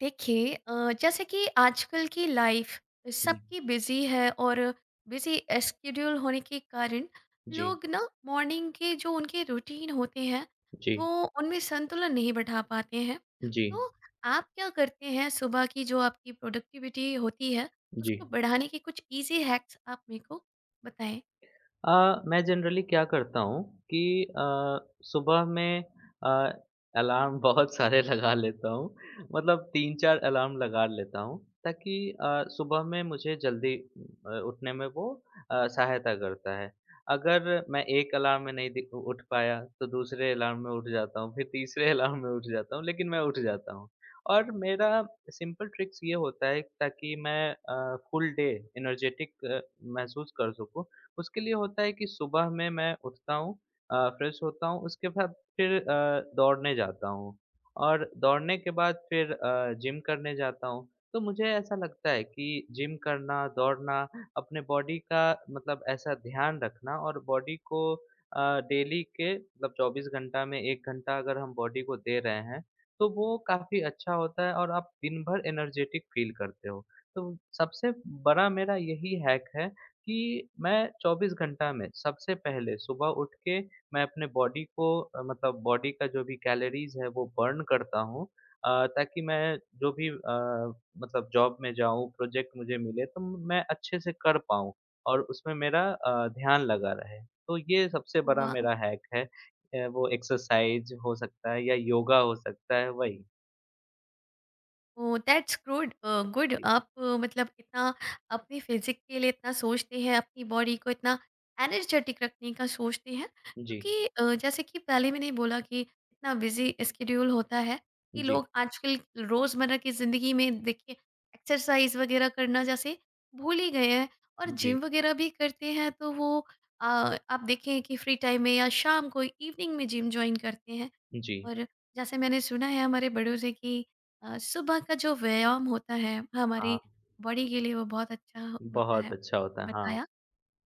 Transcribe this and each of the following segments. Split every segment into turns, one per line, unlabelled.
देखिए, जैसे कि आजकल की लाइफ
जी,
सबकी बिजी है और बिजी स्केड्यूल होने के कारण
जी,
लोग ना मॉर्निंग के जो उनके रूटीन होते हैं, वो
जी,
उनमें संतुलन नहीं बैठा पाते हैं।
जी,
तो आप क्या करते हैं, सुबह की जो आपकी प्रोडक्टिविटी होती है
जी।
उसको बढ़ाने के कुछ इजी हैक्स आप मेरे को बताएं।
मैं जनरली क्या करता हूँ कि सुबह में अ, अलार्म बहुत सारे लगा लेता हूँ, मतलब 3-4 अलार्म लगा लेता हूँ, ताकि सुबह में मुझे जल्दी उठने में वो सहायता करता है। अगर मैं एक अलार्म में नहीं दि उठ पाया, तो दूसरे अलार्म में उठ जाता हूँ, फिर तीसरे अलार्म में उठ जाता हूँ, लेकिन मैं उठ जाता हूँ। और मेरा सिंपल ट्रिक्स ये होता है, ताकि मैं फुल डे एनर्जेटिक महसूस कर सकूँ, उसके लिए होता है कि सुबह में मैं उठता हूँ, फ्रेश होता हूँ, उसके बाद फिर दौड़ने जाता हूँ और दौड़ने के बाद फिर जिम करने जाता हूँ। तो मुझे ऐसा लगता है कि जिम करना, दौड़ना, अपने बॉडी का मतलब ऐसा ध्यान रखना और बॉडी को डेली के मतलब 24 घंटा में 1 घंटा अगर हम बॉडी को दे रहे हैं, तो वो काफ़ी अच्छा होता है और आप दिन भर एनर्जेटिक फ़ील करते हो। तो सबसे बड़ा मेरा यही हैक है कि मैं 24 घंटा में सबसे पहले सुबह उठ के मैं अपने बॉडी को मतलब बॉडी का जो भी कैलोरीज़ है वो बर्न करता हूँ, ताकि मैं जो भी मतलब जॉब में जाऊँ, प्रोजेक्ट मुझे मिले, तो मैं अच्छे से कर पाऊँ और उसमें मेरा ध्यान लगा रहे। तो ये सबसे बड़ा
वाह।
मेरा हैक है। वो एक्सरसाइज़ हो सकता है या योगा हो सकता है, वही।
ओह! That's good, good.
जी,
आप मतलब इतना अपने फ़िज़िक के लिए इतना सोचते हैं, अपनी बॉडी को इतना एनर्जेटिक रखने का सोचते हैं,
जी,
क्योंकि जैसे कि पहले मैंने बोला कि इतना बिज़ी स्केड्यूल होता है कि
जी,
लोग आजकल रोज़मर्रा की ज़िंदगी में, देखिए, एक्सरसाइज़ वग़ैरह करना जैसे भूल ही गए हैं। और
जी,
जिम वग़ैरह भी करते हैं तो वो आप देखें कि फ्री टाइम में या शाम को इवनिंग में जिम जॉइन करते हैं।
जी।
और जैसे मैंने सुना है हमारे बड़ों से कि सुबह का जो व्यायाम होता है
हाँ,
हमारी बॉडी के लिए वो बहुत अच्छा होता है।
बहुत अच्छा होता
ये
है। हाँ,
बताया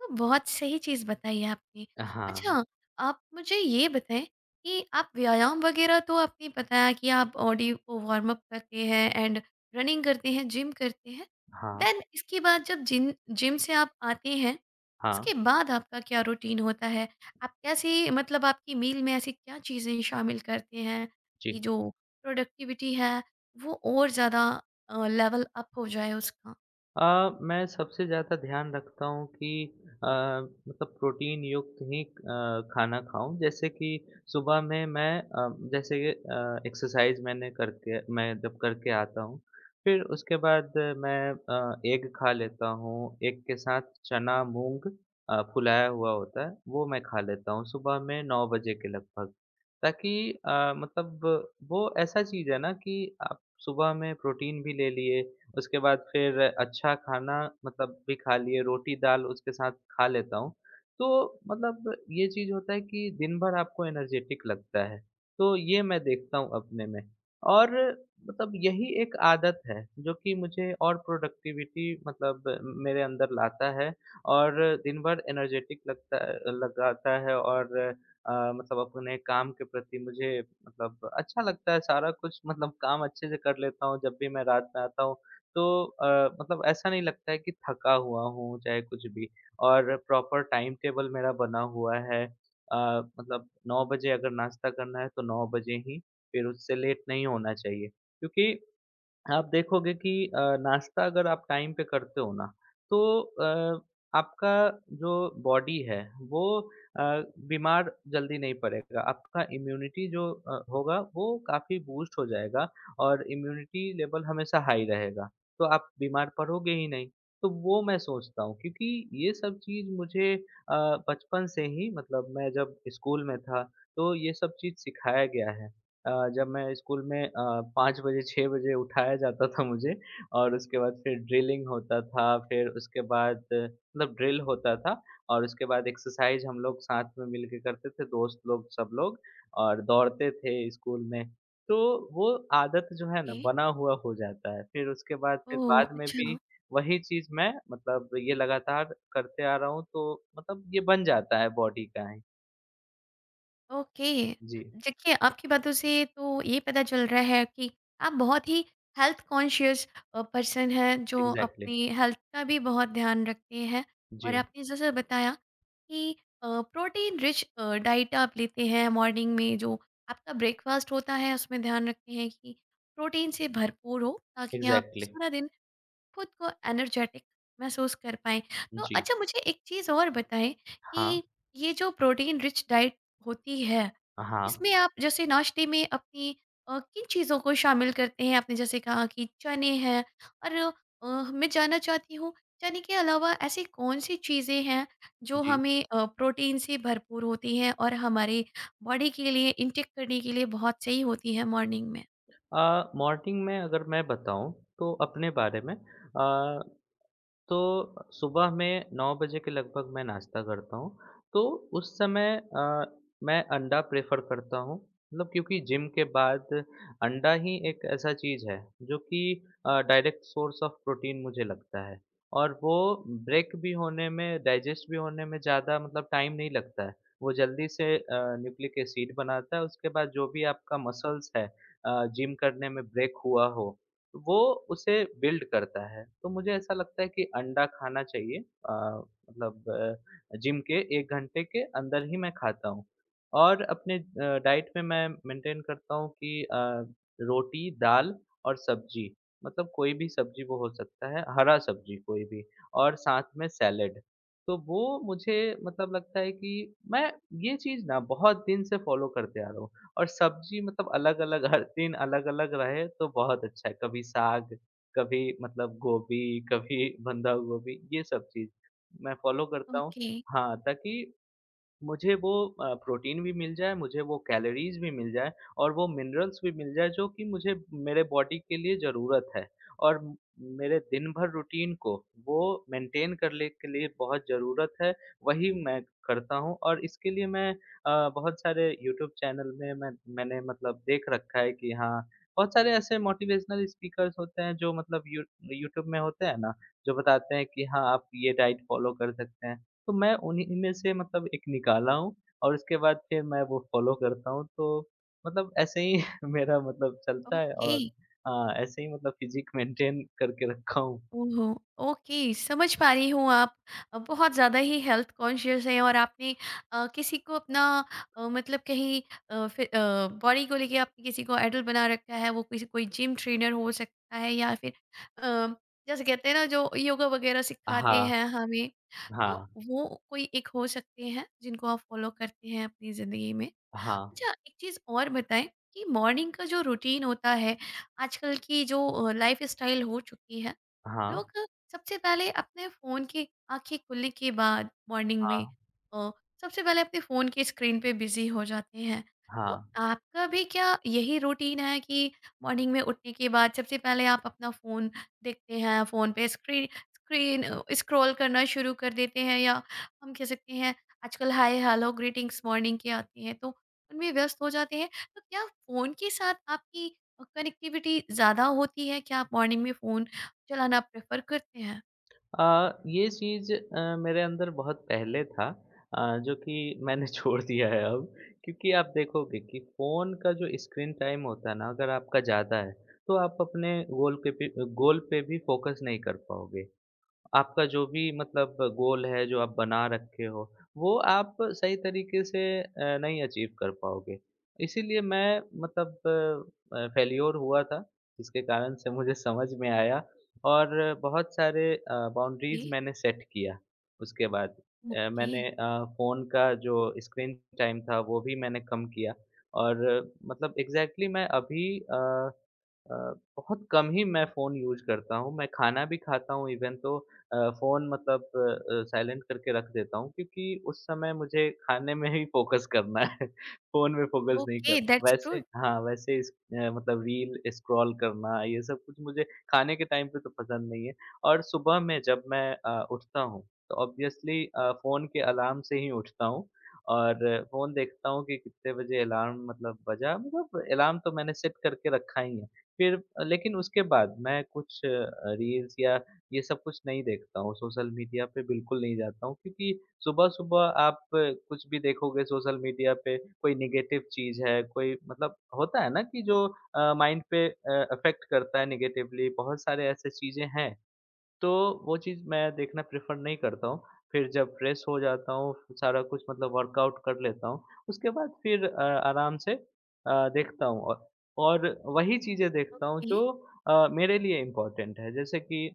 तो बहुत सही चीज़ बताई है आपने।
हाँ,
अच्छा, आप मुझे ये बताएँ कि आप व्यायाम वग़ैरह, तो आपने बताया कि आप बॉडी को वार्म अप करते हैं एंड रनिंग करते हैं, जिम करते हैं।
हाँ।
देन इसके बाद जब जिन जिम से आप आते हैं,
हाँ,
उसके बाद आपका क्या रूटीन होता है? आप कैसे, मतलब आपकी मील में ऐसी क्या चीज़ें शामिल करते हैं कि
जी।
जो प्रोडक्टिविटी है, वो और ज़्यादा लेवल अप हो जाए उसका?
मैं सबसे ज़्यादा ध्यान रखता हूँ कि अ, मतलब प्रोटीन युक्त ही खाना खाऊँ। जैसे कि सुबह में मैं जैसे एक्सरसाइज़ मैंने करके मैं जब करके आता हूँ, फिर उसके बाद मैं एग खा लेता हूँ। एग के साथ चना, मूँग फुलाया हुआ होता है, वो मैं खा लेता हूँ सुबह में 9 बजे के लगभग। ताकि मतलब वो ऐसा चीज़ है ना कि आप सुबह में प्रोटीन भी ले लिए, उसके बाद फिर अच्छा खाना मतलब भी खा लिए, रोटी-दाल उसके साथ खा लेता हूँ। तो मतलब ये चीज़ होता है कि दिन भर आपको एनर्जेटिक लगता है, तो ये मैं देखता हूँ अपने में। और मतलब यही एक आदत है, जो कि मुझे और प्रोडक्टिविटी मतलब मेरे अंदर लाता है और दिन भर एनर्जेटिक लगाता है और मतलब अपने काम के प्रति मुझे मतलब अच्छा लगता है, सारा कुछ मतलब काम अच्छे से कर लेता हूँ, जब भी मैं रात में आता हूँ तो मतलब ऐसा नहीं लगता है कि थका हुआ हूँ, चाहे कुछ भी। और प्रॉपर टाइम टेबल मेरा बना हुआ है। मतलब 9 बजे अगर नाश्ता करना है, तो 9 बजे ही, फिर उससे लेट नहीं होना चाहिए। क्योंकि आप देखोगे कि नाश्ता अगर आप टाइम पे करते हो ना, तो अ, आपका जो बॉडी है वो अ, बीमार जल्दी नहीं पड़ेगा। आपका इम्यूनिटी जो होगा वो काफ़ी बूस्ट हो जाएगा और इम्यूनिटी लेवल हमेशा हाई रहेगा। तो आप बीमार पड़ोगे ही नहीं। तो वो मैं सोचता हूँ, क्योंकि ये सब चीज़ मुझे बचपन से ही मतलब मैं जब स्कूल में था, तो ये सब चीज़ सिखाया गया है। जब मैं स्कूल में 5 बजे 6 बजे उठाया जाता था मुझे, और उसके बाद फिर ड्रिलिंग होता था, फिर उसके बाद मतलब ड्रिल होता था और उसके बाद एक्सरसाइज हम लोग साथ में मिल के करते थे, दोस्त लोग सब लोग, और दौड़ते थे स्कूल में। तो वो आदत जो है ना
जी।
बना हुआ हो जाता है, फिर उसके बाद फिर
ओह!
बाद में भी
अच्छा।
वही चीज़ मैं मतलब ये लगातार करते आ रहा हूँ, तो मतलब ये बन जाता है बॉडी का ही।
ओके।
जी,
देखिए, आपकी बातों से तो ये पता चल रहा है कि आप बहुत ही हेल्थ कॉन्शियस पर्सन हैं, जो
एग्ज़ैक्टली।
अपनी हेल्थ का भी बहुत ध्यान रखते हैं। और
जी,
आपने जैसे बताया कि प्रोटीन रिच डाइट आप लेते हैं मॉर्निंग में, जो आपका ब्रेकफ़ास्ट होता है, उसमें ध्यान रखते हैं कि प्रोटीन से भरपूर हो, ताकि आप
एग्ज़ैक्टली।
सारा दिन खुद को एनर्जेटिक महसूस कर पाएँ। तो
जी।
अच्छा, मुझे एक चीज़ और बताएँ
हाँ,
कि ये जो प्रोटीन रिच डाइट होती है,
हाँ,
इसमें आप जैसे नाश्ते में अपनी किन चीज़ों को शामिल करते हैं? आपने जैसे कहा कि चने हैं, और मैं जानना चाहती हूँ चने के अलावा ऐसी कौन-सी चीज़ें हैं जो
जी।
हमें प्रोटीन से भरपूर होती हैं और हमारे बॉडी के लिए इनटेक करने के लिए बहुत सही होती है मॉर्निंग में?
मॉर्निंग में अगर मैं बताऊँ तो अपने बारे में, तो सुबह में 9 बजे के लगभग मैं नाश्ता करता हूँ। तो उस समय मैं अंडा प्रेफ़र करता हूँ। मतलब क्योंकि जिम के बाद अंडा ही एक ऐसा चीज़ है जो कि डायरेक्ट सोर्स ऑफ़ प्रोटीन मुझे लगता है। और वो ब्रेक भी होने में, डाइजेस्ट भी होने में ज़्यादा मतलब टाइम नहीं लगता है। वो जल्दी से न्यूक्लिक एसिड बनाता है, उसके बाद जो भी आपका मसल्स है जिम करने में ब्रेक हुआ हो, वो उसे बिल्ड करता है। तो मुझे ऐसा लगता है कि अंडा खाना चाहिए, मतलब जिम के 1 घंटे के अंदर ही मैं खाता हूँ। और अपने डाइट में मैं मेंटेन करता हूँ कि रोटी, दाल और सब्ज़ी, मतलब कोई भी सब्ज़ी वो हो सकता है, हरा सब्ज़ी कोई भी, और साथ में सैलेड। तो वो मुझे मतलब लगता है कि मैं ये चीज़ ना बहुत दिन से फ़ॉलो करते आ रहा हूँ। और सब्ज़ी मतलब अलग-अलग, हर दिन अलग-अलग रहे तो बहुत अच्छा है। कभी साग, कभी मतलब गोभी, कभी बंधा गोभी, ये सब चीज़ मैं फ़ॉलो करता हूँ।
ओके,
हाँ, ताकि मुझे वो प्रोटीन भी मिल जाए, मुझे वो कैलोरीज़ भी मिल जाए और वो मिनरल्स भी मिल जाए, जो कि मुझे मेरे बॉडी के लिए ज़रूरत है। और म मेरे दिन भर रूटीन को वो मेंटेन करने के लिए बहुत ज़रूरत है, वही मैं करता हूँ। और इसके लिए मैं बहुत सारे यूट्यूब चैनल में मैंने मतलब देख रखा है कि हाँ, बहुत सारे ऐसे मोटिवेशनल स्पीकर्स होते हैं, जो मतलब यू यूट्यूब में होते हैं ना, जो बताते हैं कि हाँ, आप ये डाइट फ़ॉलो कर सकते हैं। तो मैं उन्हीं में से मतलब एक निकाला हूँ और उसके बाद फिर मैं वो फ़ॉलो करता हूँ, तो मतलब ऐसे ही मेरा मतलब चलता है
ओके।
और ऐसे ही मतलब फ़िज़िक मेंटेन करके रखा हूँ।
ओहो! ओके, समझ पा रही हूँ आप बहुत ज़्यादा ही हेल्थ कॉन्शियस हैं और आपने किसी को अपना, मतलब कहीं बॉडी को लेके आपने किसी को आइडल बना रखा है। वो किसी, कोई जिम ट्रेनर हो सकता है या फिर अ, जैसे कहते हैं ना, जो योगा वगैरह सिखाते
हाँ,
हैं हमें, तो
हाँ,
वो कोई एक हो सकते हैं जिनको आप फॉलो करते हैं अपनी ज़िंदगी में।
हाँ,
अच्छा, एक चीज़ और बताएं कि मॉर्निंग का जो रूटीन होता है, आजकल की जो लाइफस्टाइल हो चुकी है,
हाँ,
लोग सबसे पहले अपने फ़ोन की आंखें खुलने के बाद मॉर्निंग में
हाँ,
अ, सबसे पहले अपने फ़ोन के स्क्रीन पे बिज़ी हो जाते हैं। तो
हाँ।
आपका भी क्या यही रूटीन है कि मॉर्निंग में उठने के बाद सबसे पहले आप अपना फ़ोन देखते हैं, फ़ोन पे स्क्रीन स्क्रीन स्क्रॉल करना शुरू कर देते हैं, या हम कह सकते हैं आजकल हाय हेलो ग्रीटिंग्स मॉर्निंग के आती हैं तो उनमें व्यस्त हो जाते हैं। तो क्या फ़ोन के साथ आपकी कनेक्टिविटी ज़्यादा होती है? क्या आप मॉर्निंग में फ़ोन चलाना प्रेफ़र करते हैं?
ये चीज़ मेरे अंदर बहुत पहले था, जो कि मैंने छोड़ दिया है अब, क्योंकि आप देखोगे कि फ़ोन का जो स्क्रीन टाइम होता है ना, अगर आपका ज़्यादा है, तो आप अपने गोल पे भी फ़ोकस नहीं कर पाओगे। आपका जो भी मतलब गोल है, जो आप बना रखे हो, वो आप सही तरीके से नहीं अचीव कर पाओगे। इसीलिए मैं मतलब फेल्योर हुआ था, जिसके कारण से मुझे समझ में आया और बहुत सारे
ओके,
बाउंड्रीज़ मैंने सेट किया उसके बाद।
ओके,
मैंने फ़ोन का जो स्क्रीन टाइम था, वो भी मैंने कम किया। और मतलब एग्ज़ैक्टली मैं अभी अ अ, बहुत कम ही मैं फ़ोन यूज़ करता हूँ। मैं खाना भी खाता हूँ इवन, तो फ़ोन मतलब साइलेंट करके रख देता हूँ, क्योंकि उस समय मुझे खाने में ही फ़ोकस करना है। फ़ोन में फ़ोकस नहीं
ओके,
करना।
दैट्स
वैसे
गुड।
हाँ, वैसे इस मतलब रील स्क्रॉल करना, ये सब कुछ मुझे खाने के टाइम पे तो पसंद नहीं है। और सुबह में जब मैं उठता हूँ, तो ऑब्वियसली फ़ोन के अलार्म से ही उठता हूँ और फ़ोन देखता हूँ कि कितने बजे अलार्म मतलब बजा, मतलब अलार्म तो मैंने सेट करके रखा ही है। फिर लेकिन उसके बाद मैं कुछ रील्स या ये सब कुछ नहीं देखता हूँ, सोशल मीडिया पे बिल्कुल नहीं जाता हूँ, क्योंकि सुबह-सुबह आप कुछ भी देखोगे सोशल मीडिया पे, कोई नेगेटिव चीज़ है, कोई मतलब होता है ना कि जो माइंड पे अफ़ेक्ट करता है नेगेटिवली, बहुत सारे ऐसे चीज़ें हैं, तो वो चीज़ मैं देखना प्रेफ़र नहीं करता हूँ। फिर जब फ्रेश हो जाता हूँ, सारा कुछ मतलब वर्कआउट कर लेता हूँ, उसके बाद फिर आराम से देखता हूँ और और वही चीज़ें देखता हूँ
ओके,
जो मेरे लिए इम्पोर्टेंट है। जैसे कि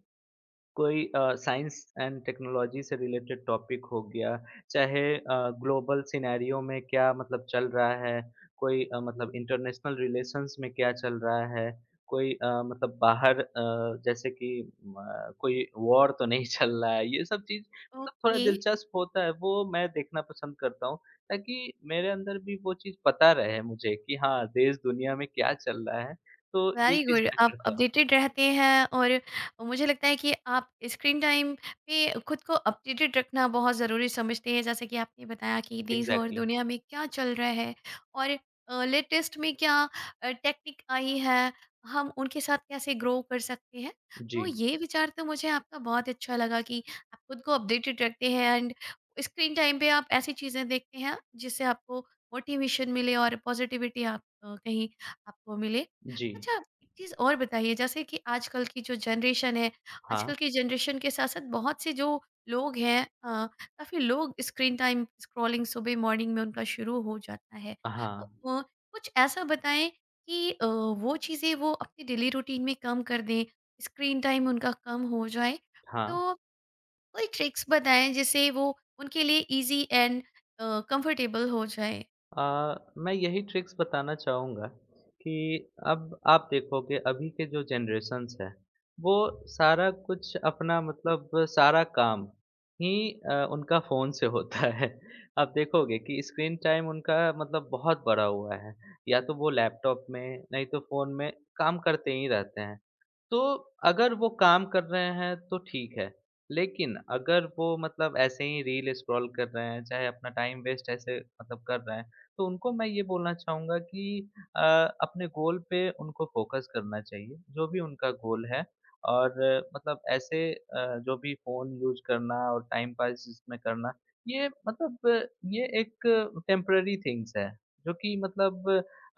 कोई साइंस एंड टेक्नोलॉजी से रिलेटेड टॉपिक हो गया, चाहे ग्लोबल सिनेरियो में क्या मतलब चल रहा है, कोई मतलब इंटरनेशनल रिलेशंस में क्या चल रहा है, कोई मतलब बाहर जैसे कि म कोई वॉर तो नहीं चल रहा है, ये सब चीज़ मतलब थोड़ा
ओके।
दिलचस्प होता है, वो मैं देखना पसंद करता हूँ, ताकि मेरे अंदर भी वो चीज़ पता रहे मुझे कि हाँ, देश दुनिया में क्या चल रहा है, तो ये
वेरी
चीज़
गुड।
मैं
आप
करता हूँ।
अपडेटेड रहते हैं और मुझे लगता है कि आप स्क्रीन टाइम पे खुद को अपडेटेड रखना बहुत ज़रूरी समझते हैं, जैसे कि आपने बताया कि देश और
एग्ज़ैक्टली।
दुनिया में क्या चल रहा है और लेटेस्ट में क्या टेक्निक आई है, हम उनके साथ कैसे ग्रो कर सकते हैं।
जी,
तो ये विचार तो मुझे आपका बहुत अच्छा लगा कि आप खुद को अपडेटेड रखते हैं एंड स्क्रीन टाइम पे आप ऐसी चीज़ें देखते हैं जिससे आपको मोटिवेशन मिले और पॉजिटिविटी आप कहीं आपको मिले।
जी।
अच्छा, एक चीज़ और बताइए, जैसे कि आजकल की जो जनरेशन है, आजकल
हाँ।
की जनरेशन के साथ-साथ बहुत से जो लोग हैं, काफ़ी लोग स्क्रीन टाइम स्क्रॉलिंग सुबह मॉर्निंग में उनका शुरू हो जाता है। तो
हाँ,
अ, कुछ ऐसा बताएँ कि वो चीज़ें वो अपनी डेली रूटीन में कम कर दें, स्क्रीन टाइम उनका कम हो जाए।
हाँ।
तो कोई ट्रिक्स बताएँ जिससे वो उनके लिए ईज़ी एंड कंफर्टेबल हो जाए।
मैं यही ट्रिक्स बताना चाहूँगा कि अब आप देखोगे अभी के जो जनरेशन्स हैं, वो सारा कुछ अपना मतलब सारा काम ही उनका फ़ोन से होता है। आप देखोगे कि स्क्रीन टाइम उनका मतलब बहुत बढ़ा हुआ है। या तो वो लैपटॉप में, नहीं तो फ़ोन में काम करते ही रहते हैं। तो अगर वो काम कर रहे हैं तो ठीक है, लेकिन अगर वो मतलब ऐसे ही रील स्क्रॉल कर रहे हैं, चाहे अपना टाइम वेस्ट ऐसे मतलब कर रहे हैं, तो उनको मैं ये बोलना चाहूँगा कि अ, अपने गोल पे उनको फोकस करना चाहिए, जो भी उनका गोल है। और मतलब ऐसे जो भी फ़ोन यूज़ करना और टाइम पास इसमें करना, ये मतलब ये एक टेम्परेरी थिंग्स है, जो कि मतलब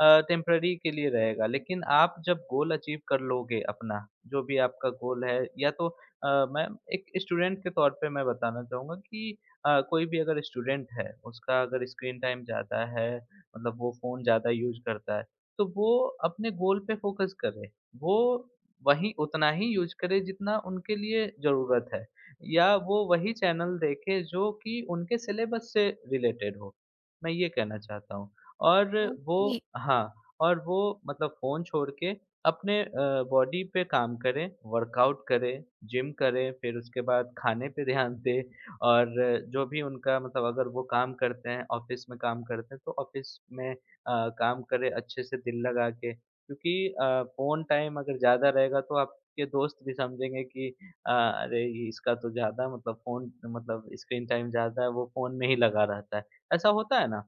टेम्पररी के लिए रहेगा, लेकिन आप जब गोल अचीव कर लोगे अपना, जो भी आपका गोल है, या तो मैं एक स्टूडेंट के तौर पे मैं बताना चाहूँगा कि कोई भी अगर स्टूडेंट है, उसका अगर स्क्रीन टाइम ज़्यादा है, मतलब वो फ़ोन ज़्यादा यूज़ करता है, तो वो अपने गोल पे फ़ोकस करे। वो वही उतना ही यूज़ करे जितना उनके लिए ज़रूरत है, या वो वही चैनल देखे जो कि उनके सिलेबस से रिलेटेड हो। मैं ये कहना चाहता हूँ। और वो
ओके,
हाँ, और वो मतलब फ़ोन छोड़ के अपने बॉडी पे काम करें, वर्कआउट करें, जिम करें, फिर उसके बाद खाने पे ध्यान दें, और जो भी उनका मतलब अगर वो काम करते हैं, ऑफ़िस में काम करते हैं, तो ऑफ़िस में काम करें अच्छे से दिल लगा के। क्योंकि फ़ोन टाइम अगर ज़्यादा रहेगा, तो आपके दोस्त भी समझेंगे कि अरे! ये इसका तो ज़्यादा मतलब फ़ोन मतलब स्क्रीन टाइम ज़्यादा है, वो फ़ोन में ही लगा रहता है। ऐसा होता है ना?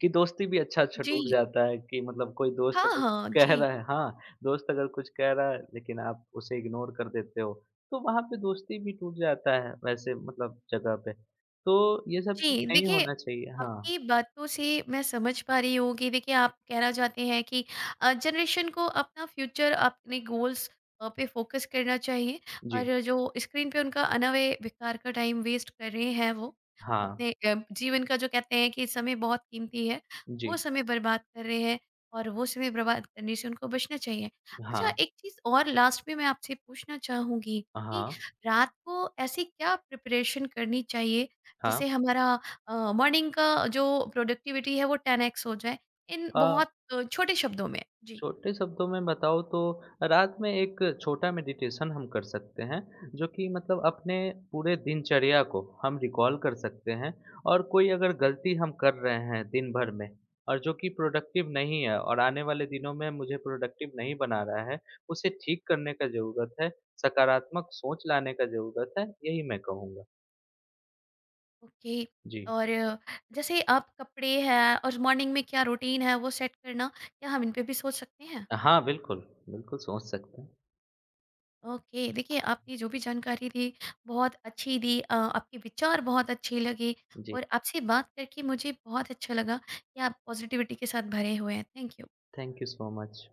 कि दोस्ती भी अच्छा-अच्छा
जी।
टूट जाता है, कि मतलब कोई दोस्त
हाँ,
अगर कुछ
हाँ,
कह
जी।
रहा है, हाँ, दोस्त अगर कुछ कह रहा है लेकिन आप उसे इग्नोर कर देते हो, तो वहाँ पे दोस्ती भी टूट जाता है वैसे मतलब जगह पे। तो ये सब चीज़
जी,
नहीं
देखिए,
होना चाहिए। हाँ,
आपकी बातों से मैं समझ पा रही हूँ कि, देखिए, आप कहना चाहते हैं कि जनरेशन को अपना फ्यूचर, अपने गोल्स पे फोकस करना चाहिए,
जी।
और जो स्क्रीन पे उनका अनवय बेकार का टाइम वेस्ट कर रहे हैं, वो
हाँ,
अपने जीवन का, जो कहते हैं कि समय बहुत कीमती है,
जी।
वो समय बर्बाद कर रहे हैं और वो समय बर्बाद करने से उनको बचना चाहिए। अच्छा,
हाँ,
एक चीज़ और लास्ट में मैं आपसे पूछना चाहूँगी कि
हाँ,
रात को ऐसी क्या प्रिपरेशन करनी चाहिए,
हाँ।
जैसे हमारा मॉर्निंग का जो प्रोडक्टिविटी है वो 10x हो जाए, इन
अ
बहुत छोटे शब्दों में, जी।
छोटे शब्दों में बताऊँ तो रात में एक छोटा मेडिटेशन हम कर सकते हैं, जो कि मतलब अपने पूरे दिनचर्या को हम रिकॉल कर सकते हैं, और कोई अगर गलती हम कर रहे हैं दिन भर में और जो कि प्रोडक्टिव नहीं है और आने वाले दिनों में मुझे प्रोडक्टिव नहीं बना रहा है, उसे ठीक करने का ज़रूरत है, सकारात्मक सोच लाने का ज़रूरत है, यही मैं कहूँगा।
ओके।
जी।
और जैसे आप कपड़े हैं और मॉर्निंग में क्या रूटीन है वो सेट करना, क्या हम इन पे भी सोच सकते हैं?
हाँ, बिल्कुल। बिल्कुल सोच सकते हैं।
ओके, देखिए, आपने जो भी जानकारी दी बहुत अच्छी दी। आपके विचार बहुत अच्छे लगे
जी,
और आपसे बात करके मुझे बहुत अच्छा लगा कि आप पॉजिटिविटी के साथ भरे हुए हैं। Thank you.
Thank you so much.